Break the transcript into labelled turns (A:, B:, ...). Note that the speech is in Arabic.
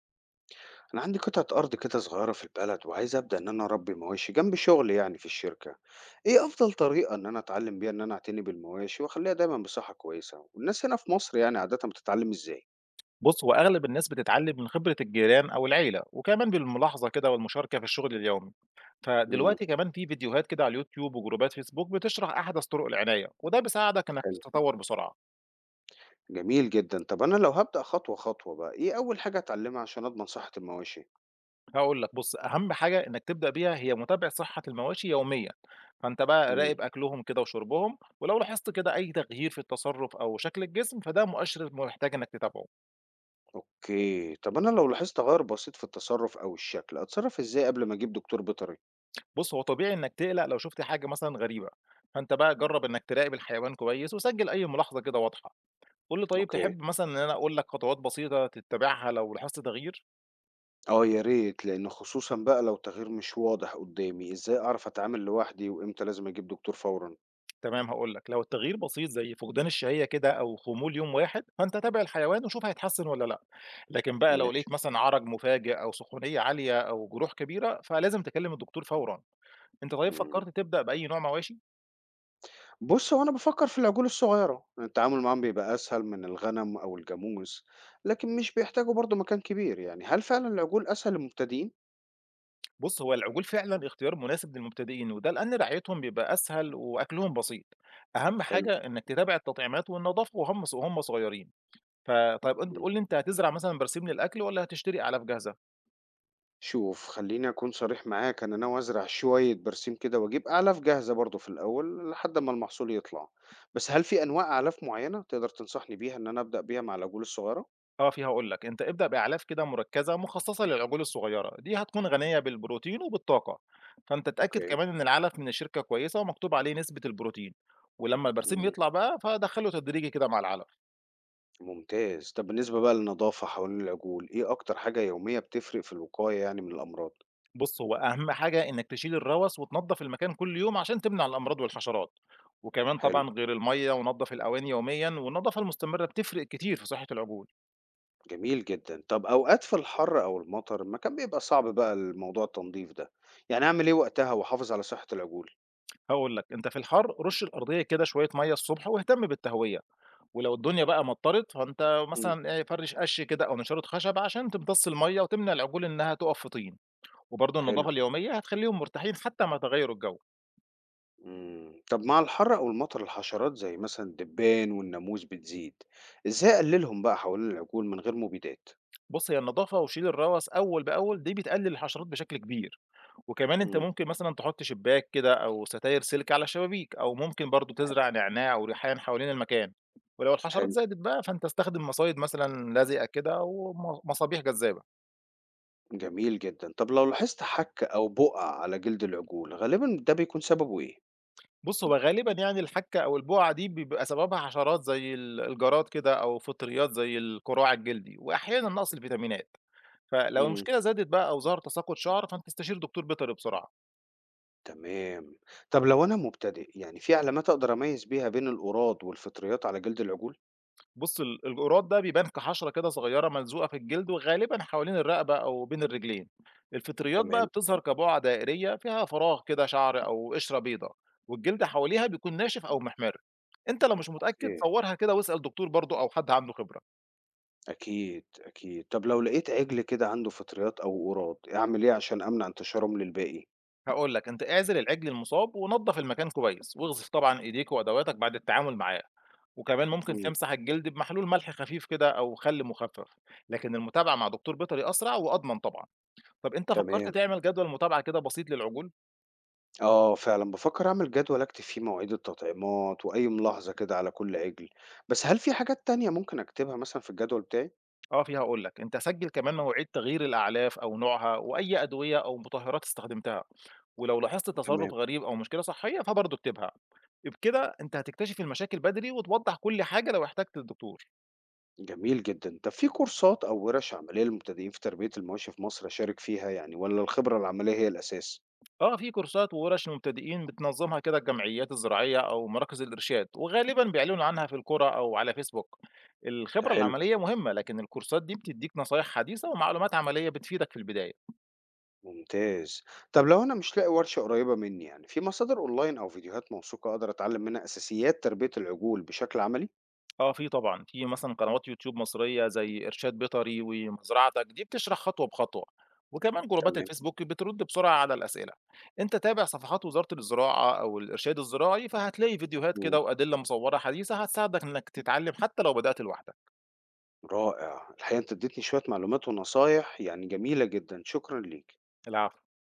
A: أنا عندي قطعة أرض كده صغيرة في البلد وعايز أبدأ إن أنا أربي مواشي جنب شغلي يعني في الشركة، إيه أفضل طريقة إن أنا أتعلم بيها إن أنا أعتني بالمواشي وأخليها دايما بصحة كويسة؟ والناس هنا في مصر يعني عادة بتتعلم إزاي؟
B: بُص، هو أغلب الناس بتتعلم من خبرة الجيران أو العيلة، وكمان بالملاحظة كده والمشاركة في الشغل اليومي.
A: امم
B: فدلوقتي كمان في فيديوهات كده على اليوتيوب وجروبات فيسبوك بتشرح أحدث طرق العناية، وده بيساعدك إنك
A: حلو.
B: تتطور بسرعة.
A: جميل جدا، طب أنا لو هبدأ خطوة خطوة بقى، إيه أول حاجة أتعلمها عشان أضمن صحة المواشي؟
B: هاقول لك بُص، أهم حاجة إنك تبدأ بيها هي متابعة صحة المواشي يوميًا، فأنت بقى
A: امم
B: راقب أكلهم كده وشربهم، ولو لاحظت كده أي تغيير في التصرف أو شكل الجسم فده مؤشر محتاج إنك تتابعه.
A: أوكي، طب أنا لو لاحظت تغير بسيط في التصرف أو الشكل، أتصرف إزاي قبل ما أجيب دكتور بيطري؟
B: بُص، هو طبيعي إنك تقلق لو شفت حاجة مثلًا غريبة، فأنت بقى جرب إنك تراقب الحيوان كويس وسجل أي ملاحظة كده واضحة. قُل لي طيب
A: أوكي.
B: تحب مثلًا إن أنا أقول لك خطوات بسيطة تتّبعها لو لاحظت تغيير؟
A: آه يا ريت، لإن خصوصًا بقى لو تغيير مش واضح قدّامي، إزاي أعرف أتعامل لوحدي وإمتى لازم أجيب دكتور فورًا؟
B: تمام هاقول لك، لو التغيير بسيط زي فقدان الشهيّة كده أو خمول يوم واحد، فأنت تابع الحيوان وشوف هيتحسن والّا لأ، لكن بقى لو
A: ماشي.
B: لقيت مثلًا عرج مفاجئ أو سخونية عالية أو جروح كبيرة، فلازم تكلم الدكتور فورًا. أنت طيب
A: إمم.
B: فكرت تبدأ بأي نوع مواشي؟
A: بُص، هو أنا بافكّر في العجول الصغيرة، التعامل معاهم بيبقى أسهل من الغنم أو الجاموس، لكن مش بيحتاجوا برضه مكان كبير، يعني هل فعلًا العجول أسهل للمبتدئين؟
B: بُص هو العجول فعلًا اختيار مناسب للمبتدئين، وده لأن رعايتهم بيبقى أسهل وأكلهم بسيط. أهم
A: حلو.
B: حاجة إنك تتابع التطعيمات والنضافة وهم صغيرين. ف طيب أنت
A: إمم.
B: قُل لي أنت هتزرع مثلًا برسيم للأكل والّا هتشتري أعلاف جاهزة؟
A: شوف، خلّيني أكون صريح معاك، أنا ناوي أزرع شوية برسيم كده وأجيب أعلاف جاهزة برضه في الأول لحد أمّا المحصول يطلع، بس هل في أنواع أعلاف معيّنة تقدر تنصحني بيها إن أنا أبدأ بيها مع العجول الصغيرة؟
B: آه، فيها هاقول لك، أنت ابدأ بأعلاف كده مركّزة مخصصة للعجول الصغيرة، دي هتكون غنية بالبروتين وبالطاقة، فأنت اتأكد
A: أوكي.
B: كمان إن العلف من الشركة كويسة ومكتوب عليه نسبة البروتين، ولمّا البرسيم
A: إمم،
B: يطلع بقى فدخّله تدريجي كده مع العلف.
A: ممتاز. طب بالنسبة بقى للنضافة حوالين العجول، إيه أكتر حاجة يومية بتفرق في الوقاية يعني من الأمراض؟
B: بُص هو أهم حاجة إنك تشيل الروَس وتنضّف المكان كل يوم عشان تمنع الأمراض والحشرات، وكمان
A: حلو.
B: طبعًا غير المَيّة ونضّف الأواني يوميًا والنضافة المستمرة بتفرق كتير في صحة العجول.
A: جميل جدًا. طب أوقات في الحر أو المطر المكان بيبقى صعب بقى الموضوع التنضيف ده، يعني أعمل إيه وقتها وأحافظ على صحة العجول؟
B: هاقول لك، أنت في الحَر رُش الأرضية كده شوية مَيّة الصبح واهتم بالتهوية، ولو الدنيا بقى مطَّرت فأنت
A: إمم،
B: مثلًا إيه، فرِّش قَش كده أو نشارة خشب عشان تمتص المَيّة وتمنع العجول إنها تُقف في طين، وبرضه
A: حلو.
B: النضافة اليومية هتخلّيهم مرتاحين حتى مع تغيُّر الجو.
A: طب مع الحر أو المطر الحشرات زي مثلًا الدبان والناموس بتزيد، إزاي أقللهم بقى حوالين العجول من غير مبيدات؟
B: بُص، هي النضافة وشيل الرَوَس أول بأول دي بتقلِّل الحشرات بشكل كبير، وكمان أنت
A: إمم،
B: ممكن مثلًا تحُط شباك كده أو ستاير سلك على الشبابيك أو ممكن برضه تزرع نعناع وريحان حوالين المكان، ولو الحشرات
A: حلو.
B: زادت بقى فأنت استخدم مصايد مثلًا لازقة كده وم مصابيح جذابة.
A: جميل جدًا. طب لو لاحظت حَك أو بقع على جلد العجول، غالبًا ده بيكون سببه إيه؟
B: بُص، هو غالبًا يعني الحَكّة أو البُقعة دي بيبقى سببها حشرات زي الجراد كده أو فطريات زي الكراع الجلدي وأحيانًا نقص الفيتامينات، فلو
A: إمم.
B: المشكلة زادت بقى أو ظهر تساقُط شعر فأنت استشير دكتور بيطري بسرعة.
A: تمام. طب لو أنا مبتدئ، يعني في علامات أقدر أميّز بيها بين الأُراد والفطريات على جلد العجول؟
B: بُص، الجراد ده بيبان كحشرة كده صغيرة ملزوقة في الجلد وغالبًا حوالين الرقبة أو بين الرجلين. الفطريات بقى
A: تمام.
B: بتظهر كبُقع دائرية فيها فراغ كده شعر أو قشرة بيضا والجلد حواليها بيكون ناشف أو محمر. أنت لو مش متأكد
A: أوكي.
B: صوّرها كده واسأل دكتور برضه أو حد عنده خبرة.
A: أكيد، أكيد. طب لو لقيت عجل كده عنده فطريات أو أُراد، أعمل إيه عشان أمنع انتشارهم للباقي؟
B: هاقول لك أنت اعزل العجل المصاب ونضّف المكان كويس، واغسل طبعًا إيديك وأدواتك بعد التعامل معاه، وكمان ممكن
A: إمم،
B: تمسح الجلد بمحلول ملح خفيف كده أو خل مخفف، لكن المتابعة مع دكتور بيطري أسرع وأضمن طبعًا. طب أنت فكرت
A: تمام.
B: تعمل جدول متابعة كده بسيط للعجول؟
A: آه فعلًا، بافكر أعمل جدول أكتب فيه مواعيد التطعيمات وأي ملاحظة كده على كل عجل، بس هل في حاجات تانية ممكن أكتبها مثلًا في الجدول بتاعي؟
B: آه في هاقول لك، أنت سجل كمان مواعيد تغيير الأعلاف أو نوعها وأي أدوية أو مطهّرات استخدمتها، ولو لاحظت تصرف
A: تمام.
B: غريب أو مشكلة صحية فبرضه اكتبها. بكده أنت هتكتشف المشاكل بدري وتوضّح كل حاجة لو احتجت الدكتور.
A: جميل جدًا. طب في كورسات أو وِرش عملية للمبتدئين في تربية المواشي في مصر أشارك فيها يعني والّا الخبرة العملية هي الأساس؟
B: آه، في كورسات وورش للمبتدئين بتنظمها كده الجمعيات الزراعية أو مراكز الإرشاد وغالبا بيعلنوا عنها في القرى أو على فيسبوك.
A: ده
B: الخبرة
A: حلو.
B: العملية مهمة لكن الكورسات دي بتديك نصايح حديثة ومعلومات عملية بتفيدك في البداية.
A: ممتاز. طب لو أنا مش لاقي ورشة قريبة مني يعني، في مصادر أونلاين أو فيديوهات موثوقة أقدر أتعلم منها أساسيات تربية العجول بشكل عملي؟
B: اه في طبعا، في مثلا قنوات يوتيوب مصرية زي إرشاد بيطري ومزرعتك دي بتشرح خطوة بخطوة، وكمان جروبات
A: تمام.
B: الفيسبوك بترد بسرعة على الأسئلة. انت تابع صفحات وزارة الزراعة أو الإرشاد الزراعي فهتلاقي فيديوهات كده
A: إمم.
B: وأدلة مصورة حديثة هتساعدك إنك تتعلم حتى لو بدأت لوحدك.
A: رائع. الحقيقة أنت اديتني شوية معلومات ونصايح يعني جميلة جدًا، شكرًا ليك.
B: العفو.